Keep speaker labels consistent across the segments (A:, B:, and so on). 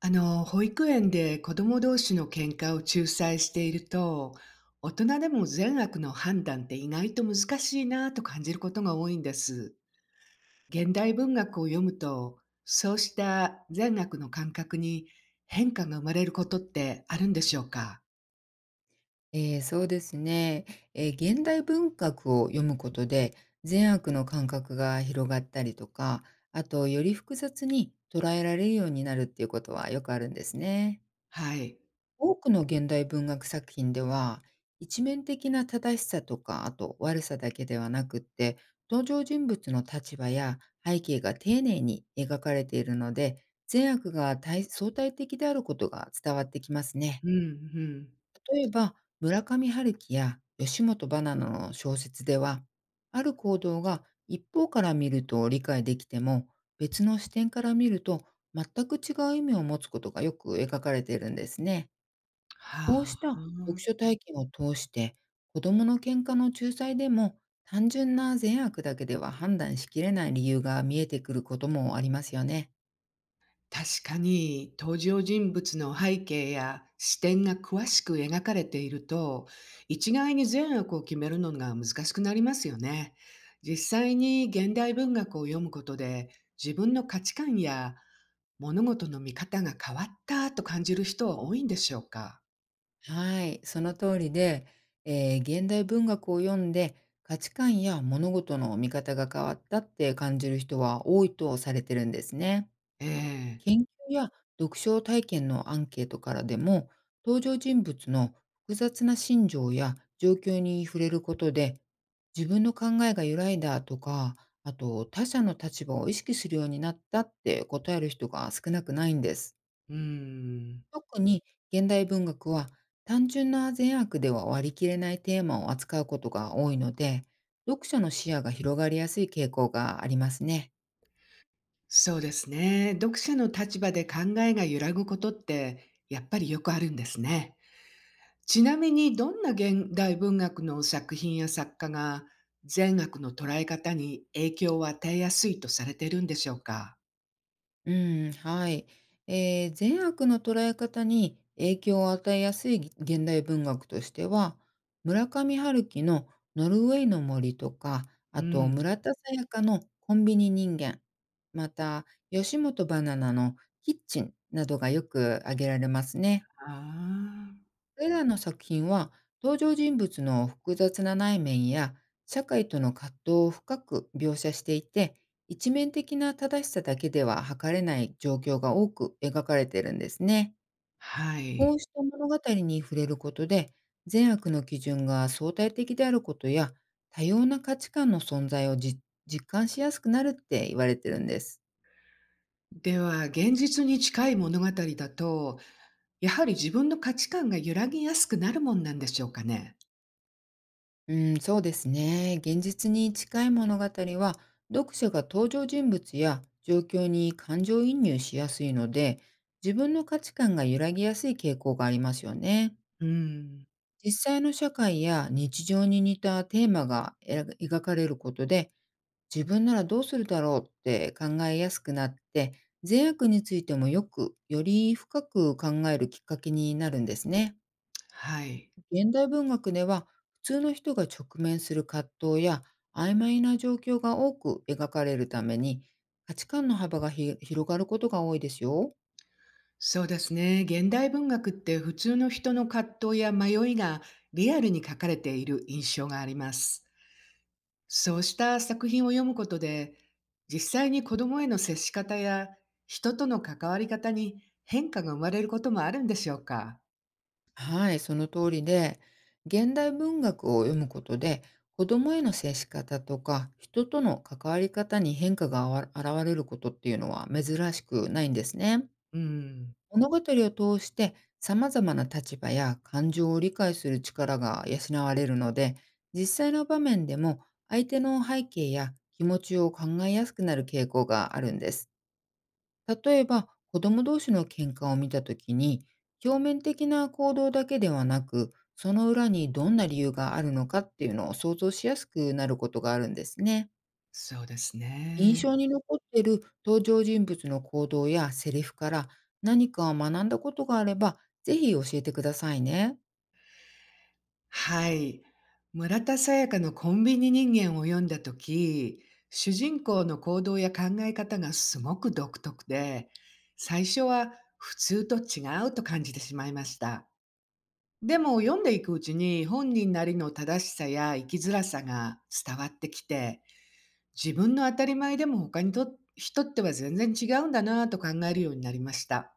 A: 保育園で子供同士の喧嘩を仲裁していると、大人でも善悪の判断って意外と難しいなぁと感じることが多いんです。現代文学を読むと、そうした善悪の感覚に変化が生まれることってあるんでしょうか？
B: そうですね。現代文学を読むことで、善悪の感覚が広がったりとか、あと、より複雑に捉えられるようになるっていうことはよくあるんですね。
A: はい。
B: 多くの現代文学作品では、一面的な正しさとか、あと悪さだけではなくって、登場人物の立場や背景が丁寧に描かれているので、善悪が相対的であることが伝わってきますね。
A: うん、うん。
B: 例えば、村上春樹や吉本バナナの小説では、ある行動が一方から見ると理解できても、別の視点から見ると全く違う意味を持つことがよく描かれているんですね。こう
A: は
B: した読書
A: あ。
B: 体験を通して、子どもの喧嘩の仲裁でも、単純な善悪だけでは判断しきれない理由が見えてくることもありますよね。
A: 確かに登場人物の背景や視点が詳しく描かれていると、一概に善悪を決めるのが難しくなりますよね。実際に現代文学を読むことで、自分の価値観や物事の見方が変わったと感じる人は多いんでしょうか？
B: はい、その通りで、現代文学を読んで価値観や物事の見方が変わったって感じる人は多いとされてるんですね。
A: ええ、
B: 研究や読書体験のアンケートからでも、登場人物の複雑な心情や状況に触れることで、自分の考えが揺らいだとか、あと他者の立場を意識するようになったって答える人が少なくないんです。
A: うん。
B: 特に現代文学は、単純な善悪では割り切れないテーマを扱うことが多いので、読者の視野が広がりやすい傾向がありますね。
A: そうですね。読者の立場で考えが揺らぐことってやっぱりよくあるんですね。ちなみに、どんな現代文学の作品や作家が善悪の捉え方に影響を与えやすいとされているんでしょうか？
B: うん、はい。善悪の捉え方に影響を与えやすい現代文学としては、村上春樹のノルウェーの森とか、
A: う
B: あと
A: ん。
B: 村田沙耶香のコンビニ人間、また吉本バナナのキッチンなどがよく挙げられますね。
A: ああ、
B: これらの作品は、登場人物の複雑な内面や社会との葛藤を深く描写していて、一面的な正しさだけでは測れない状況が多く描かれているんですね。
A: は
B: こ
A: い。
B: うした物語に触れることで、善悪の基準が相対的であることや、多様な価値観の存在を実感しやすくなるって言われてるんです。
A: では、現実に近い物語だと、やはり自分の価値観が揺らぎやすくなるもんなんでしょうかね？
B: うん、そうですね。現実に近い物語は、読者が登場人物や状況に感情移入しやすいので、自分の価値観が揺らぎやすい傾向がありますよね。
A: うん、
B: 実際の社会や日常に似たテーマが描かれることで、自分ならどうするだろうって考えやすくなって、善悪についてもよく、より深く考えるきっかけになるんですね。
A: はい。
B: 現代文学では、普通の人が直面する葛藤や曖昧な状況が多く描かれるために、価値観の幅が広がることが多いですよ。
A: そうですね。現代文学って、普通の人の葛藤や迷いがリアルに書かれている印象があります。そうした作品を読むことで、実際に子供への接し方や人との関わり方に変化が生まれることもあるんでしょうか？
B: はい、その通りで、現代文学を読むことで、子供への接し方とか人との関わり方に変化が現れることっていうのは珍しくないんですね。
A: うん、
B: 物語を通して、様々な立場や感情を理解する力が養われるので、実際の場面でも相手の背景や気持ちを考えやすくなる傾向があるんです。例えば、子供同士の喧嘩を見たときに、表面的な行動だけではなく、その裏にどんな理由があるのかっていうのを想像しやすくなることがあるんですね。
A: そうです
B: 印
A: ね。
B: 象に残っている登場人物の行動やセリフから何かを学んだことがあれば、ぜひ教えてくださいね。
A: はい。村田沙耶香のコンビニ人間を読んだとき、主人公の行動や考え方がすごく独特で、最初は普通と違うと感じてしまいました。でも、読んでいくうちに本人なりの正しさや生きづらさが伝わってきて、自分の当たり前でも他にと人っては全然違うんだなぁと考えるようになりました。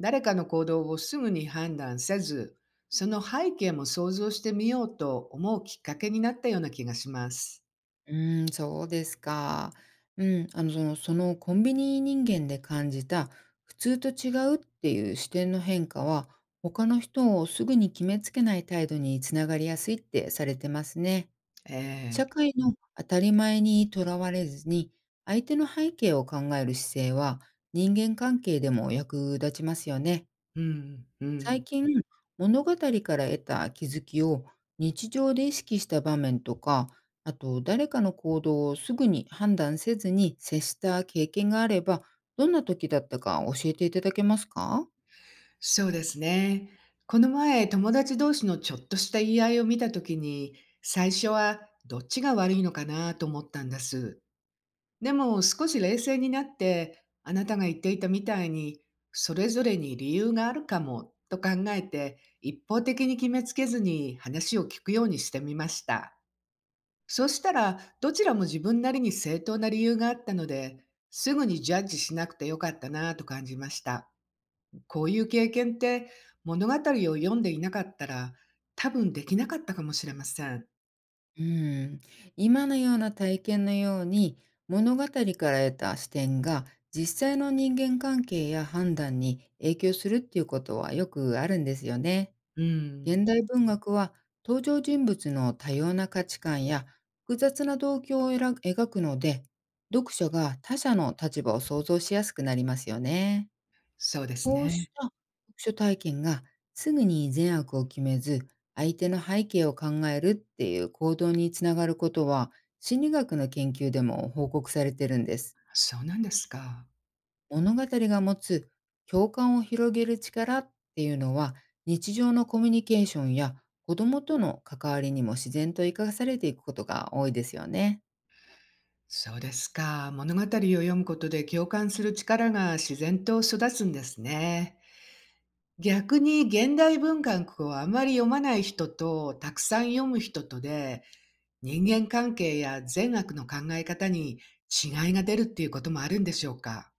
A: 誰かの行動をすぐに判断せず、その背景も想像してみようと思うきっかけになったような気がします。
B: うーん、そうですか。うん、そのコンビニ人間で感じた普通と違うっていう視点の変化は、他の人をすぐに決めつけない態度につながりやすいってされてますね。
A: ええ、
B: 社会の当たり前にとらわれずに、相手の背景を考える姿勢は、人間関係でも役立ちますよね。
A: うん、う
B: 最
A: ん。
B: 近、物語から得た気づきを日常で意識した場面とか、あと誰かの行動をすぐに判断せずに接した経験があれば、どんな時だったか教えていただけますか？
A: そうですね。この前、友達同士のちょっとした言い合いを見たときに、最初はどっちが悪いのかなと思ったんです。でも、少し冷静になって、あなたが言っていたみたいに、それぞれに理由があるかもと考えて、一方的に決めつけずに話を聞くようにしてみました。そしたら、どちらも自分なりに正当な理由があったので、すぐにジャッジしなくてよかったなぁと感じました。こういう経験って、物語を読んでいなかったら多分できなかったかもしれません。
B: うん、今のような体験のように、物語から得た視点が実際の人間関係や判断に影響するっていうことはよくあるんですよね。
A: うん。
B: 現代文学は、登場人物の多様な価値観や複雑な動機を描くので、読者が他者の立場を想像しやすくなりますよね。
A: そうです
B: こうし
A: ね。
B: た読書体験が、すぐに善悪を決めず、相手の背景を考えるっていう行動につながることは、心理学の研究でも報告されてるんです。
A: そうなんですか。
B: 物語が持つ共感を広げる力っていうのは、日常のコミュニケーションや子供との関わりにも自然と生かされていくことが多いですよね。
A: そうですか。物語を読むことで共感する力が自然と育つんですね。逆に、現代文学をあまり読まない人とたくさん読む人とで、人間関係や善悪の考え方に違いが出るっていうこともあるんでしょうか？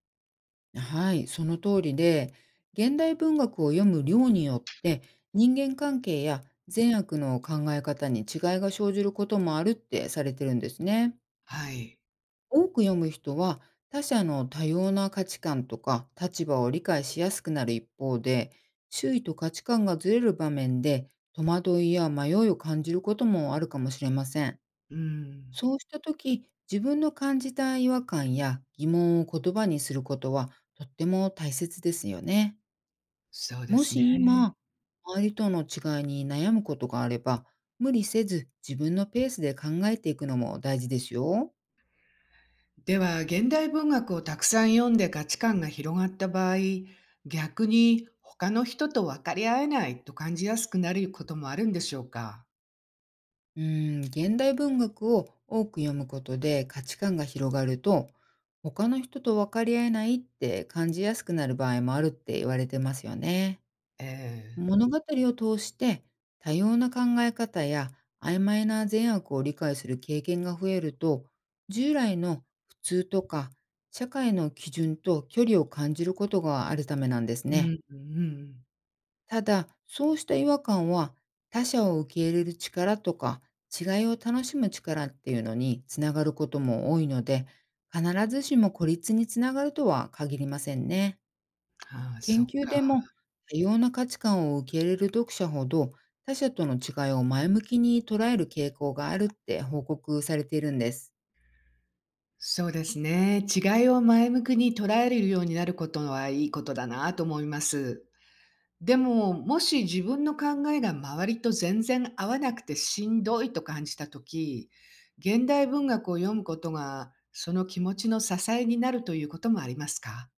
B: はい、その通りで、現代文学を読む量によって、人間関係や善悪の考え方に違いが生じることもあるってされてるんですね。
A: はい。
B: 多く読む人は、他者の多様な価値観とか立場を理解しやすくなる一方で、周囲と価値観がずれる場面で戸惑いや迷いを感じることもあるかもしれません。
A: うん。
B: そうした時、自分の感じた違和感や疑問を言葉にすることは、とっても大切ですよね。
A: そうで
B: も
A: す
B: し
A: ね。
B: 今、周りとの違いに悩むことがあれば、無理せず自分のペースで考えていくのも大事ですよ。
A: では、現代文学をたくさん読んで価値観が広がった場合、逆に他の人と分かり合えないと感じやすくなることもあるんでしょうか？
B: うん、現代文学を多く読むことで価値観が広がると、他の人と分かり合えないって感じやすくなる場合もあるって言われてますよね。
A: ええ。
B: 物語を通して、多様な考え方や曖昧な善悪を理解する経験が増えると、従来の普通とか社会の基準と距離を感じることがあるためなんです
A: う
B: ね。
A: んうん。
B: ただ、そうした違和感は、他者を受け入れる力とか、違いを楽しむ力っていうのにつながることも多いので、必ずしも孤立につながるとは限りませんね。
A: ああ、そ
B: 研
A: っ
B: 究
A: か。
B: でも、多様な価値観を受け入れる読者ほど、他者との違いを前向きに捉える傾向があるって報告されているんです。
A: そうですね。違いを前向きに捉えるようになることはいいことだなと思います。でも、もし自分の考えが周りと全然合わなくてしんどいと感じたとき、現代文学を読むことが、その気持ちの支えになるということもありますか？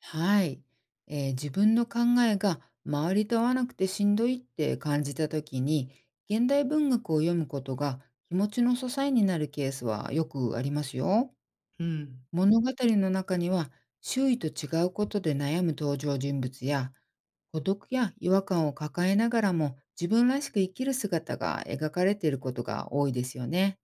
B: はい。自分の考えが周りと合わなくてしんどいって感じた時に、現代文学を読むことが気持ちの支えになるケースはよくありますよ。
A: うん、
B: 物語の中には、周囲と違うことで悩む登場人物や、孤独や違和感を抱えながらも自分らしく生きる姿が描かれていることが多いですよね。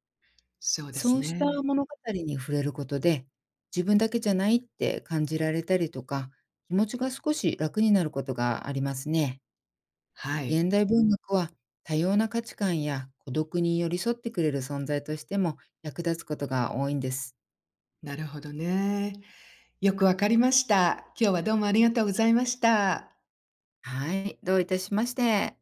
A: そうです
B: そうした
A: ね。
B: 物語に触れることで、自分だけじゃないって感じられたりとか、気持ちが少し楽になることがありますね。
A: はい、
B: 現代文学は、多様な価値観や孤独に寄り添ってくれる存在としても役立つことが多いんです。
A: なるほどね。よくわかりました。今日はどうもありがとうございました。
B: はい、どういたしまして。